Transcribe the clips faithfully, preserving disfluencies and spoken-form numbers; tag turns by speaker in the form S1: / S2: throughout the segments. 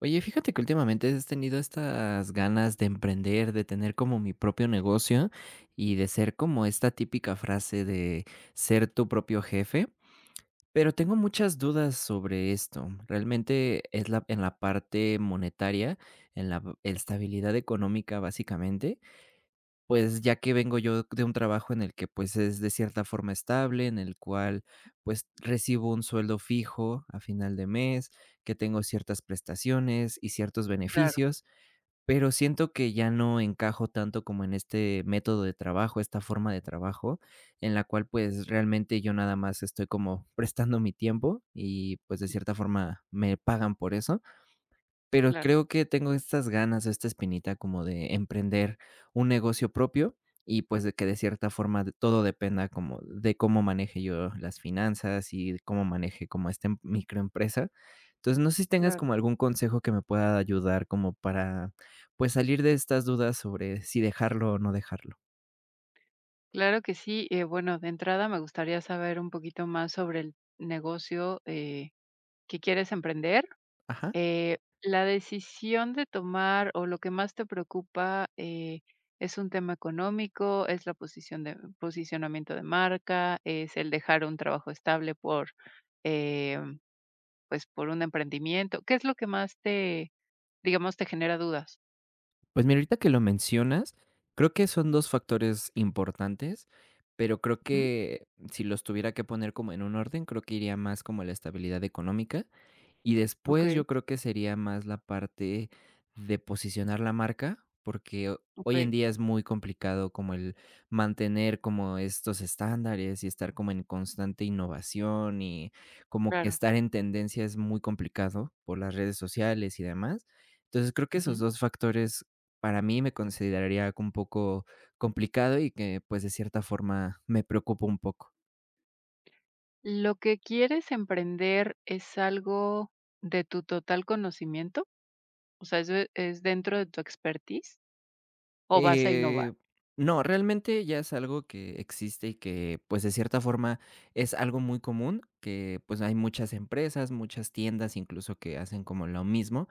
S1: Oye, fíjate que últimamente he tenido estas ganas de emprender, de tener como mi propio negocio y de ser como esta típica frase de ser tu propio jefe, pero tengo muchas dudas sobre esto. Realmente es la, en la parte monetaria, en la estabilidad económica básicamente, pues, ya que vengo yo de un trabajo en el que, pues, es de cierta forma estable, en el cual, pues, recibo un sueldo fijo a final de mes, que tengo ciertas prestaciones y ciertos
S2: Claro,
S1: beneficios, pero siento que ya no encajo tanto como en este método de trabajo, esta forma de trabajo, en la cual, pues, realmente yo nada más estoy como prestando mi tiempo y, pues, de cierta forma me pagan por eso. Pero
S2: claro,
S1: creo que tengo estas ganas, esta espinita como de emprender un negocio propio y, pues, de que de cierta forma de todo dependa como de cómo maneje yo las finanzas y de cómo maneje como esta em microempresa. Entonces, no sé si tengas
S2: claro.
S1: como algún consejo que me pueda ayudar como para, pues, salir de estas dudas sobre si dejarlo o no dejarlo.
S2: Claro que sí. Eh, bueno, de entrada me gustaría saber un poquito más sobre el negocio eh, que quieres emprender.
S1: Ajá.
S2: Eh, la decisión de tomar o lo que más te preocupa, eh, es un tema económico, es la posición de posicionamiento de marca, es el dejar un trabajo estable por eh, pues por un emprendimiento. ¿Qué es lo que más te, digamos, te genera dudas?
S1: Pues mira, ahorita que lo mencionas, creo que son dos factores importantes, pero creo
S2: Ujú.
S1: que si los tuviera que poner como en un orden, creo que iría más como la estabilidad económica, y
S2: Ok,
S1: después yo creo que sería más la parte de posicionar la marca, porque ho-
S2: ok,
S1: hoy en día es muy complicado como el mantener como estos estándares y estar como en constante innovación y como que
S2: claro.
S1: estar en tendencia es muy complicado por las redes sociales y demás. Entonces creo que esos
S2: Ujú.
S1: dos factores para mí me consideraría un poco complicado y que pues de cierta forma me preocupa un poco.
S2: ¿Lo que quieres emprender es algo de tu total conocimiento? O sea, ¿eso es dentro de tu expertise o vas a innovar?
S1: Eh, no, realmente ya es algo que existe y que, pues, de cierta forma es algo muy común, que, pues, hay muchas empresas, muchas tiendas, incluso que hacen como lo mismo,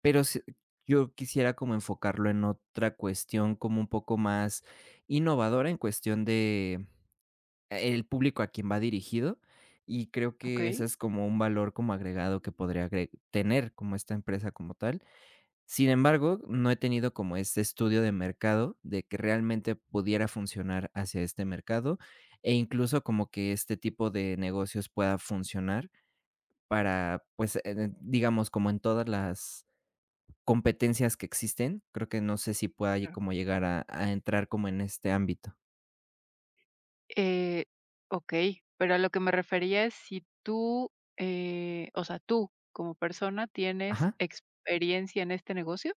S1: pero sí yo quisiera como enfocarlo en otra cuestión como un poco más innovadora en cuestión de eh, el público a quien va dirigido, y creo
S2: ¿Ok?
S1: que ese
S2: Okey.
S1: es como un valor como agregado que podría agre tener como esta empresa como tal. Sin embargo, no he tenido como este estudio de mercado de que realmente pudiera funcionar hacia este mercado, e incluso como que este tipo de negocios pueda funcionar para, pues, eh, digamos, como en todas las competencias que existen, creo que no sé si pueda lle-
S2: Claro.
S1: como llegar a a entrar como en este ámbito.
S2: Eh, Okey, pero a lo que me refería es si tú, eh, o sea, tú como persona, ¿tienes
S1: Ajá.
S2: experiencia en este negocio?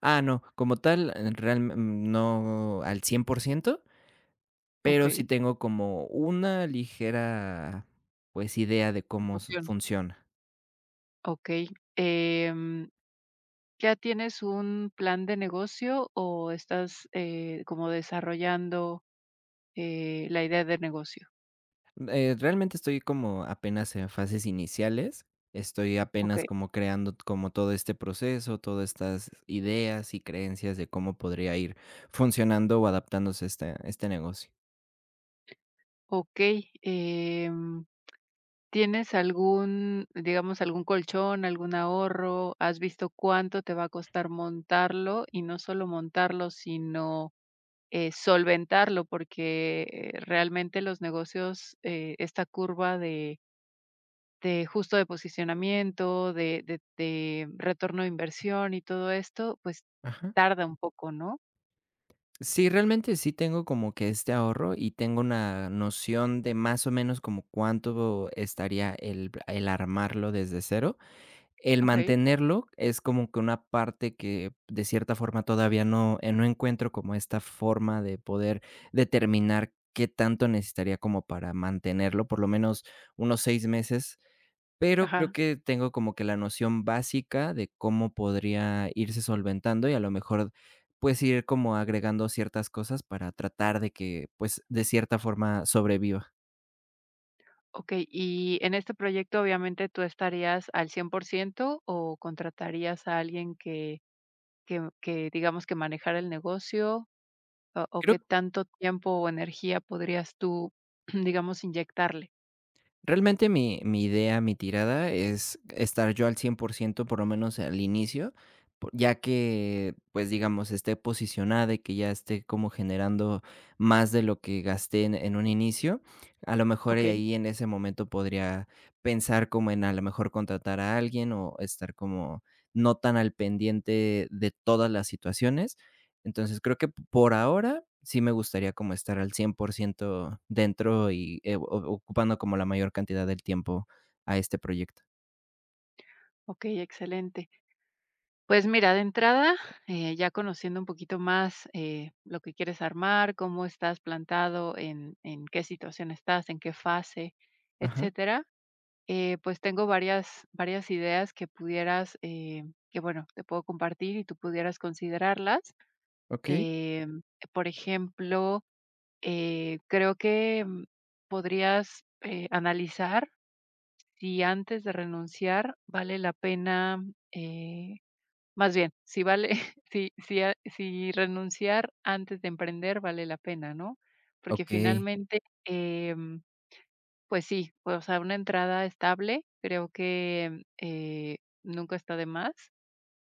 S1: Ah, no, como tal, eh, real mm, no al cien por ciento,
S2: ¿Ok?
S1: pero sí tengo como una ligera, pues, idea de cómo s
S2: Opción.
S1: funciona.
S2: Ok. Em, ¿Ya tienes un plan de negocio o estás, eh, como desarrollando, eh, la idea de negocio?
S1: Eh, realmente estoy como apenas en fases iniciales, estoy
S2: ¿Ok?
S1: apenas como creando como todo este proceso, todas estas ideas y creencias de cómo podría ir funcionando o adaptándose este, este negocio.
S2: Okey. Em, ¿tienes algún, digamos, algún colchón, algún ahorro? ¿Has visto cuánto te va a costar montarlo? Y no solo montarlo, sino, eh, solventarlo, porque, eh, realmente los negocios, eh, esta curva de de justo de posicionamiento, de de de retorno de inversión y todo esto, pues,
S1: Ajá.
S2: tarda un poco, ¿no?
S1: Sí, realmente sí tengo como que este ahorro y tengo una noción de más o menos como cuánto estaría el, el armarlo desde cero. El
S2: Okey.
S1: mantenerlo es como que una parte que, de cierta forma, todavía no, eh, no encuentro como esta forma de poder determinar qué tanto necesitaría como para mantenerlo, por lo menos unos seis meses, pero creo
S2: Ajá.
S1: que tengo como que la noción básica de cómo podría irse solventando y a lo mejor, pues, ir como agregando ciertas cosas para tratar de que, pues, de cierta forma sobreviva.
S2: Okey, y en este proyecto, obviamente, ¿tú estarías al cien por ciento o contratarías a alguien que que que, digamos, que manejara el negocio? ¿O o
S1: Creo
S2: qué tanto tiempo o energía podrías tú, digamos, inyectarle?
S1: Realmente mi mi idea, mi tirada es estar yo al cien por ciento, por ciento, por lo menos al inicio, po ya que, pues, digamos, esté posicionada y que ya esté como generando más de lo que gasté en en un inicio. A lo mejor, y
S2: Okey,
S1: ahí en ese momento podría pensar como en, a lo mejor, contratar a alguien o estar como no tan al pendiente de todas las situaciones. Entonces, creo que por ahora sí me gustaría como estar al cien por ciento dentro y, eh, o ocupando como la mayor cantidad del tiempo a este proyecto.
S2: okey, excelente. Pues mira, de entrada, eh, ya conociendo un poquito más, eh, lo que quieres armar, cómo estás plantado, en en qué situación estás, en qué fase,
S1: Ajá.
S2: etcétera. Eh, pues tengo varias varias ideas que pudieras, eh, que bueno, te puedo compartir y tú pudieras considerarlas.
S1: Okey.
S2: Em, por ejemplo, eh, creo que, mm, podrías, eh, analizar si antes de renunciar vale la pena, eh, más bien, si vale, si si a si renunciar antes de emprender vale la pena, ¿no? Porque
S1: Okey,
S2: finalmente, em pues sí, o sea, una entrada estable, creo que, eh, nunca está de más.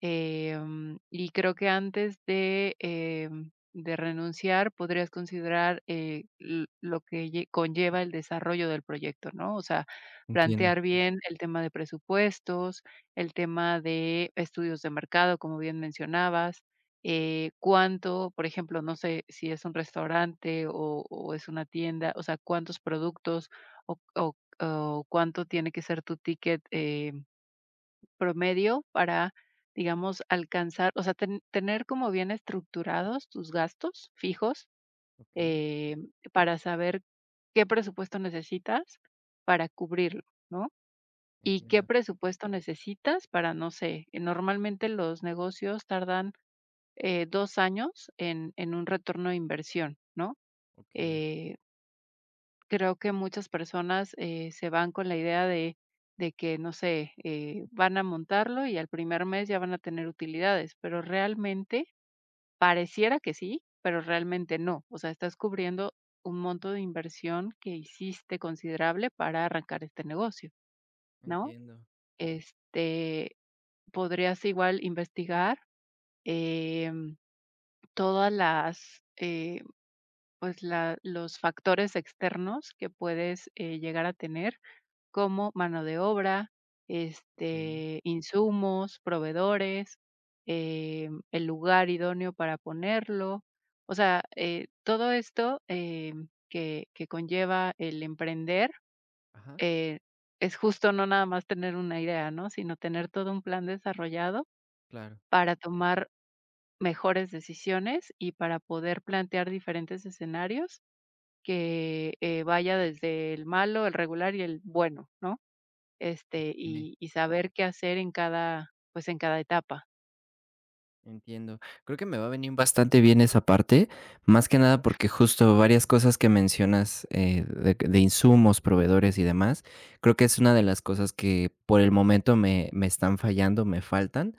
S2: Em, y creo que antes de, em, de renunciar podrías considerar, eh, l- lo que lle- conlleva el desarrollo del proyecto, ¿no? O sea,
S1: entiendo.
S2: plantear bien el tema de presupuestos, el tema de estudios de mercado, como bien mencionabas, eh, cuánto, por ejemplo, no sé si es un restaurante o, o es una tienda, o sea, cuántos productos o, o- o cuánto tiene que ser tu ticket eh, promedio para, digamos, alcanzar, o sea, ten- tener como bien estructurados tus gastos fijos,
S1: Okey,
S2: eh, para saber qué presupuesto necesitas para cubrirlo, ¿no? Y qué
S1: entiendo.
S2: presupuesto necesitas para, no sé, normalmente los negocios tardan eh, dos años en, en un retorno de inversión, ¿no?
S1: Okey,
S2: Eh, Creo que muchas personas, eh, se van con la idea de de que, no sé, eh, van a montarlo y al primer mes ya van a tener utilidades, pero realmente pareciera que sí, pero realmente no. O sea, estás cubriendo un monto de inversión que hiciste considerable para arrancar este negocio, ¿no?
S1: entiendo.
S2: Este, podrías igual investigar, em, todas las, eh, pues, la los factores externos que puedes, eh, llegar a tener como mano de obra,
S1: Okey.
S2: este, insumos, proveedores, em, el lugar idóneo para ponerlo. O sea, eh, todo esto, em, que que conlleva el emprender,
S1: Ajá,
S2: eh, es justo no nada más tener una idea, ¿no? Sino tener todo un plan desarrollado
S1: claro.
S2: para tomar mejores decisiones y para poder plantear diferentes escenarios que, eh, vaya desde el malo, el regular y el bueno, ¿no? Este, y y saber qué hacer en cada, pues, en cada etapa.
S1: Entiendo. Creo que me va a venir bastante bien esa parte, más que nada porque justo varias cosas que mencionas eh, de, de, insumos, proveedores y demás, creo que es una de las cosas que por el momento me, me están fallando, me faltan,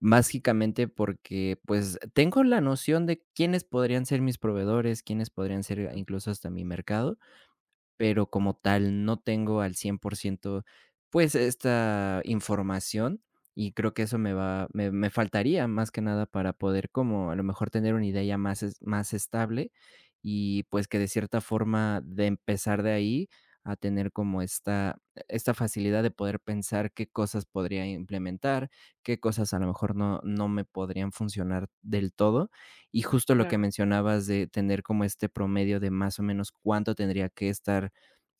S1: básicamente porque pues tengo la noción de quiénes podrían ser mis proveedores, quiénes podrían ser eh,
S2: Mm,
S1: incluso hasta mi mercado, pero como tal no tengo al cien por ciento pues, esta información, y creo que eso me va me me faltaría más que nada para poder como a lo mejor tener una idea ya más es más estable y, pues, que de cierta forma de empezar de ahí a tener como esta esta facilidad de poder pensar qué cosas podría implementar, qué cosas a lo mejor no no me podrían funcionar del todo. Y justo lo que
S2: claro.
S1: mencionabas de tener como este promedio de más o menos cuánto tendría que estar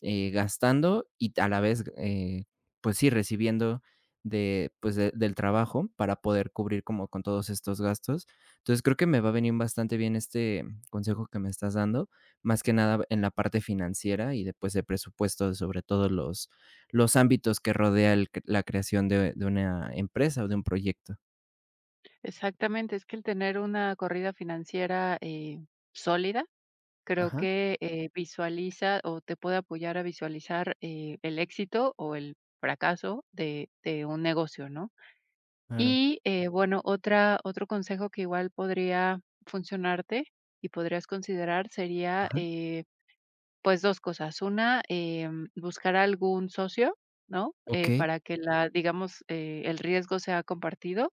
S1: eh, gastando y a la vez, eh, pues sí, recibiendo de, pues de- del trabajo para poder cubrir como con todos estos gastos. Entonces creo que me va a venir bastante bien este consejo que me estás dando, más que nada en la parte financiera y después de presupuesto, sobre todo los, los ámbitos que rodea el cre- la creación de, de una empresa o de un proyecto.
S2: Exactamente, es que el tener una corrida financiera, eh, sólida, creo
S1: Ajá,
S2: que, eh, visualiza o te puede apoyar a visualizar, eh, el éxito o el fracaso de de un negocio, ¿no?
S1: claro.
S2: Y, eh, bueno, otra otro consejo que igual podría funcionarte y podrías considerar sería,
S1: Ajá,
S2: eh pues dos cosas. Una, em, buscar algún socio, ¿no?
S1: ok.
S2: Eh, para que la digamos, eh, el riesgo sea compartido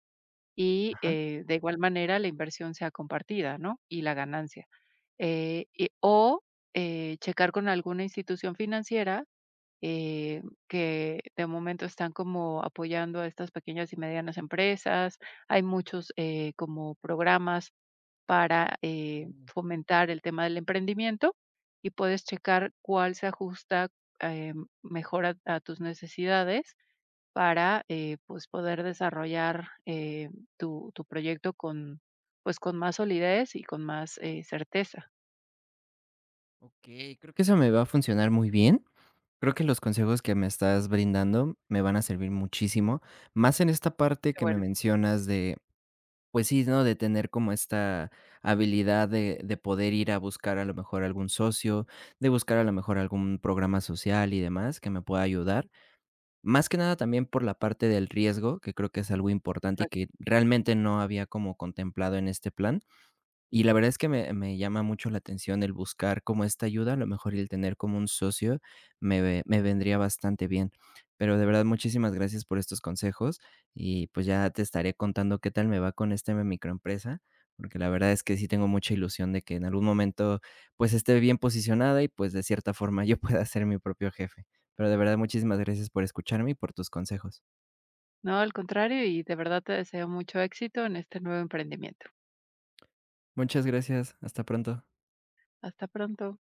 S2: y,
S1: Ajá.
S2: eh, de igual manera la inversión sea compartida, ¿no? Y la ganancia. Eh, y o, eh, checar con alguna institución financiera, eh, que de momento están como apoyando a estas pequeñas y medianas empresas. Hay muchos, eh, como programas para, eh,
S1: Mm,
S2: fomentar el tema del emprendimiento y puedes checar cuál se ajusta, em, mejor a a tus necesidades para, eh, pues, poder desarrollar, eh, tu tu proyecto con, pues, con más solidez y con más, eh, certeza.
S1: okey, creo que eso me va a funcionar muy bien. Creo que los consejos que me estás brindando me van a servir muchísimo, más en esta parte
S2: Qué
S1: que me
S2: bueno.
S1: mencionas de, pues sí, ¿no?, de tener como esta habilidad de de poder ir a buscar a lo mejor algún socio, de buscar a lo mejor algún programa social y demás que me pueda ayudar. Más que nada también por la parte del riesgo, que creo que es algo importante y que realmente no había como contemplado en este plan. Y la verdad es que me me llama mucho la atención el buscar como esta ayuda, a lo mejor y el tener como un socio me ve me vendría bastante bien. Pero de verdad, muchísimas gracias por estos consejos y, pues, ya te estaré contando qué tal me va con esta microempresa, porque la verdad es que sí tengo mucha ilusión de que en algún momento, pues, esté bien posicionada y, pues, de cierta forma yo pueda ser mi propio jefe. Pero de verdad, muchísimas gracias por escucharme y por tus consejos.
S2: No, al contrario, y de verdad te deseo mucho éxito en este nuevo emprendimiento.
S1: Muchas gracias. Hasta pronto.
S2: Hasta pronto.